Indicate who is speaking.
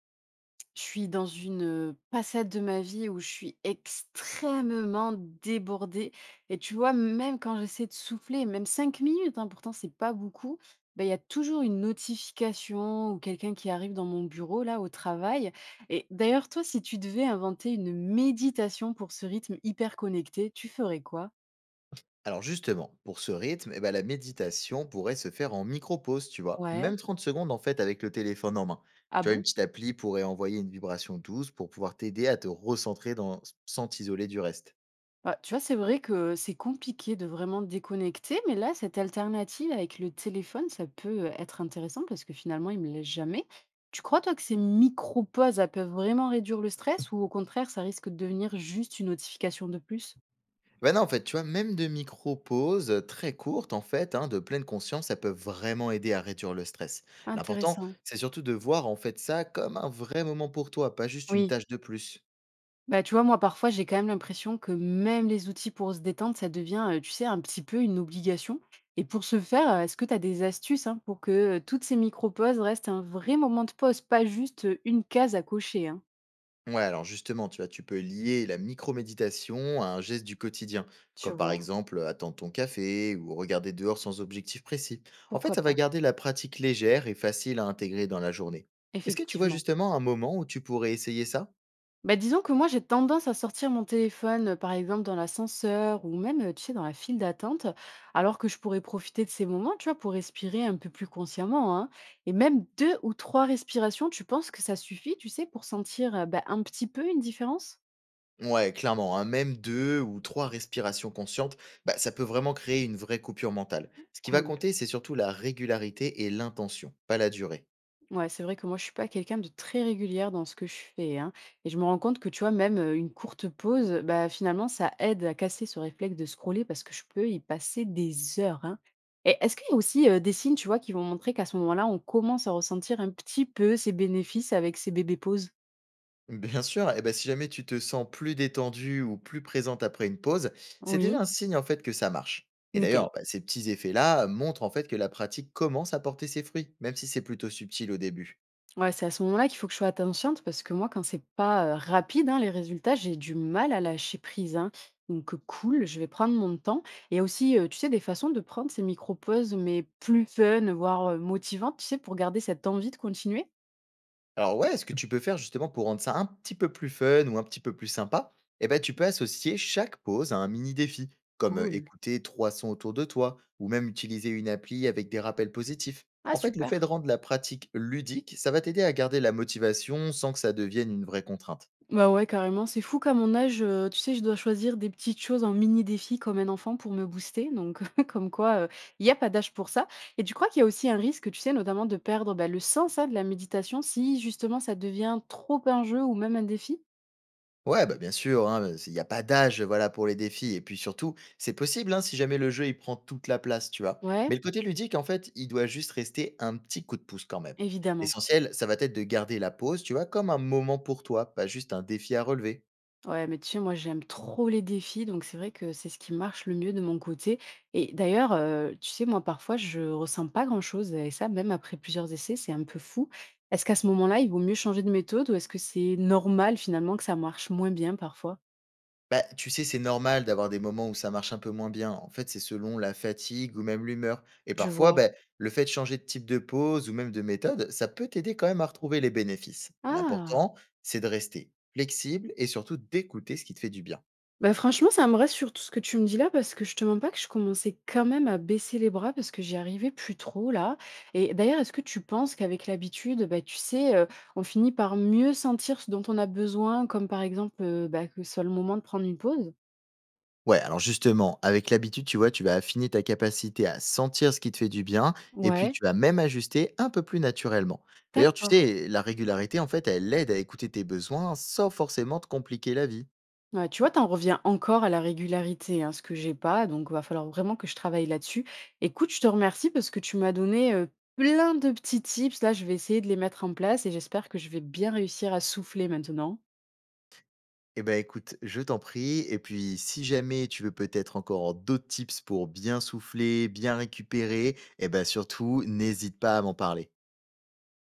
Speaker 1: Je suis dans une, passade de ma vie où je suis extrêmement débordée et tu vois, même quand j'essaie de souffler, même 5 minutes, hein, pourtant c'est pas beaucoup, bah, il y a toujours une notification ou quelqu'un qui arrive dans mon bureau là, au travail. Et d'ailleurs toi, si tu devais inventer une méditation pour ce rythme hyper connecté, tu ferais quoi?
Speaker 2: Alors justement, pour ce rythme, eh ben, la méditation pourrait se faire en micro-pause, tu vois. Même
Speaker 1: Ouais.
Speaker 2: 30 secondes en fait avec le téléphone en main.
Speaker 1: Ah
Speaker 2: Tu vois, une
Speaker 1: bon?
Speaker 2: petite appli pourrait envoyer une vibration douce pour pouvoir t'aider à te sans t'isoler du reste.
Speaker 1: Bah, tu vois, c'est vrai que c'est compliqué de vraiment déconnecter, mais là, cette alternative avec le téléphone, ça peut être intéressant parce que finalement, il me laisse jamais. Tu crois, toi, que ces micro-pauses, elles peuvent vraiment réduire le stress ou au contraire, ça risque de devenir juste une notification de plus?
Speaker 2: Ben non, en fait, tu vois, même de micro-pauses très courtes, en fait, hein, de pleine conscience, ça peut vraiment aider à réduire le stress. L'important,
Speaker 1: Intéressant.
Speaker 2: c'est surtout de voir en fait ça comme un vrai moment pour toi, pas juste une
Speaker 1: Oui.
Speaker 2: tâche de plus.
Speaker 1: Bah, tu vois, moi, parfois, j'ai quand même l'impression que même les outils pour se détendre, ça devient, tu sais, un petit peu une obligation. Et pour ce faire, est-ce que tu as des astuces hein, pour que toutes ces micro-pauses restent un vrai moment de pause, pas juste une case à cocher, hein.
Speaker 2: Ouais, alors justement, tu vois, tu peux lier la micro-méditation à un geste du quotidien,
Speaker 1: Tu
Speaker 2: comme par
Speaker 1: vois?
Speaker 2: exemple attendre ton café ou regarder dehors sans objectif précis. En fait,
Speaker 1: Pourquoi
Speaker 2: ça va
Speaker 1: pas?
Speaker 2: garder la pratique légère et facile à intégrer dans la journée. Est-ce que tu vois
Speaker 1: Effectivement.
Speaker 2: justement un moment où tu pourrais essayer ça?
Speaker 1: Bah, disons que moi, j'ai tendance à sortir mon téléphone, par exemple, dans l'ascenseur ou même, tu sais, dans la file d'attente, alors que je pourrais profiter de ces moments, tu vois, pour respirer un peu plus consciemment, hein. Et même deux ou trois respirations, tu penses que ça suffit, tu sais, pour sentir, bah, un petit peu une différence?
Speaker 2: Ouais, clairement, hein, même 2 ou 3 respirations conscientes, bah, ça peut vraiment créer une vraie coupure mentale. Ce qui va
Speaker 1: Cool.
Speaker 2: compter, c'est surtout la régularité et l'intention, pas la durée.
Speaker 1: Ouais, c'est vrai que moi, je suis pas quelqu'un de très régulière dans ce que je fais, hein. Et je me rends compte que, tu vois, même une courte pause, bah, finalement, ça aide à casser ce réflexe de scroller parce que je peux y passer des heures, hein. Et est-ce qu'il y a aussi des signes, tu vois, qui vont montrer qu'à ce moment-là, on commence à ressentir un petit peu ces bénéfices avec ces bébés pauses?
Speaker 2: Bien sûr, et ben si jamais tu te sens plus détendu ou plus présente après une pause, c'est déjà
Speaker 1: Oui.
Speaker 2: un signe en fait que ça marche. Et
Speaker 1: Nickel.
Speaker 2: d'ailleurs, bah, ces petits effets-là, montrent en fait que la pratique commence à porter ses fruits, même si c'est plutôt subtil au début.
Speaker 1: Ouais, c'est à ce moment-là qu'il faut que je sois attentionte parce que moi, quand c'est pas, rapide, hein, les résultats, j'ai du mal à lâcher prise, hein. Donc, cool, je vais prendre mon temps. Et aussi, tu sais, des façons de prendre ces micro-pauses, mais plus fun, voire, motivantes, tu sais, pour garder cette envie de continuer?
Speaker 2: Alors ouais, ce que tu peux faire justement pour rendre ça un petit peu plus fun ou un petit peu plus sympa, eh ben tu peux associer chaque pause à un mini défi, comme
Speaker 1: Cool.
Speaker 2: écouter 3 sons autour de toi, ou même utiliser une appli avec des rappels positifs.
Speaker 1: Ah
Speaker 2: En fait, le fait
Speaker 1: super!
Speaker 2: de rendre la pratique ludique, ça va t'aider à garder la motivation sans que ça devienne une vraie contrainte.
Speaker 1: Bah ouais, carrément. C'est fou qu'à mon âge, tu sais, je dois choisir des petites choses en mini défi comme un enfant pour me booster, donc comme quoi, il y a pas d'âge pour ça. Et tu crois qu'il y a aussi un risque, tu sais, notamment de perdre, bah, le sens, hein, de la méditation si justement ça devient trop un jeu ou même un défi?
Speaker 2: Ouais, bah, bien sûr, hein, il y a pas d'âge, voilà, pour les défis et puis surtout, c'est possible, hein, si jamais le jeu, il prend toute la place, tu vois?
Speaker 1: Ouais,
Speaker 2: Mais le côté ludique, en fait, il doit juste rester un petit coup de pouce quand même.
Speaker 1: évidemment.
Speaker 2: L'essentiel, ça va être de garder la pause, tu vois? Comme un moment pour toi, pas juste un défi à relever.
Speaker 1: Ouais, mais tu sais, moi, j'aime trop les défis, donc c'est vrai que c'est ce qui marche le mieux de mon côté. Et d'ailleurs, tu sais, moi, parfois, je ressens pas grand-chose, et ça, même après plusieurs essais, c'est un peu fou. Est-ce qu'à ce moment-là, il vaut mieux changer de méthode ou est-ce que c'est normal finalement que ça marche moins bien parfois?
Speaker 2: Bah, tu sais, c'est normal d'avoir des moments où ça marche un peu moins bien. En fait, c'est selon la fatigue ou même l'humeur. Et
Speaker 1: Je
Speaker 2: parfois,
Speaker 1: vois.
Speaker 2: bah, le fait de changer de type de pause ou même de méthode, ça peut t'aider quand même à retrouver les bénéfices.
Speaker 1: Ah!
Speaker 2: L'important, c'est de rester flexible et surtout d'écouter ce qui te fait du bien.
Speaker 1: Bah, franchement, ça me reste sur tout ce que tu me dis là, parce que je te mens pas que je commençais quand même à baisser les bras parce que j'y arrivais plus trop là. Et d'ailleurs, est-ce que tu penses qu'avec l'habitude, bah, tu sais, on finit par mieux sentir ce dont on a besoin, comme par exemple bah, que ce soit le moment de prendre une pause?
Speaker 2: Ouais, alors justement, avec l'habitude, tu vois, tu vas affiner ta capacité à sentir ce qui te fait du bien et puis
Speaker 1: Ouais,
Speaker 2: tu vas même ajuster un peu plus naturellement. D'ailleurs, tu
Speaker 1: d'accord.
Speaker 2: sais, la régularité, en fait, elle aide à écouter tes besoins sans forcément te compliquer la vie.
Speaker 1: Ouais, tu vois, t'en reviens encore à la régularité, hein, ce que j'ai pas, donc va falloir vraiment que je travaille là-dessus. Écoute, je te remercie parce que tu m'as donné plein de petits tips. Là, je vais essayer de les mettre en place et j'espère que je vais bien réussir à souffler maintenant.
Speaker 2: Eh ben, écoute, je t'en prie. Et puis, si jamais tu veux peut-être encore d'autres tips pour bien souffler, bien récupérer, eh ben, surtout, n'hésite pas à m'en parler.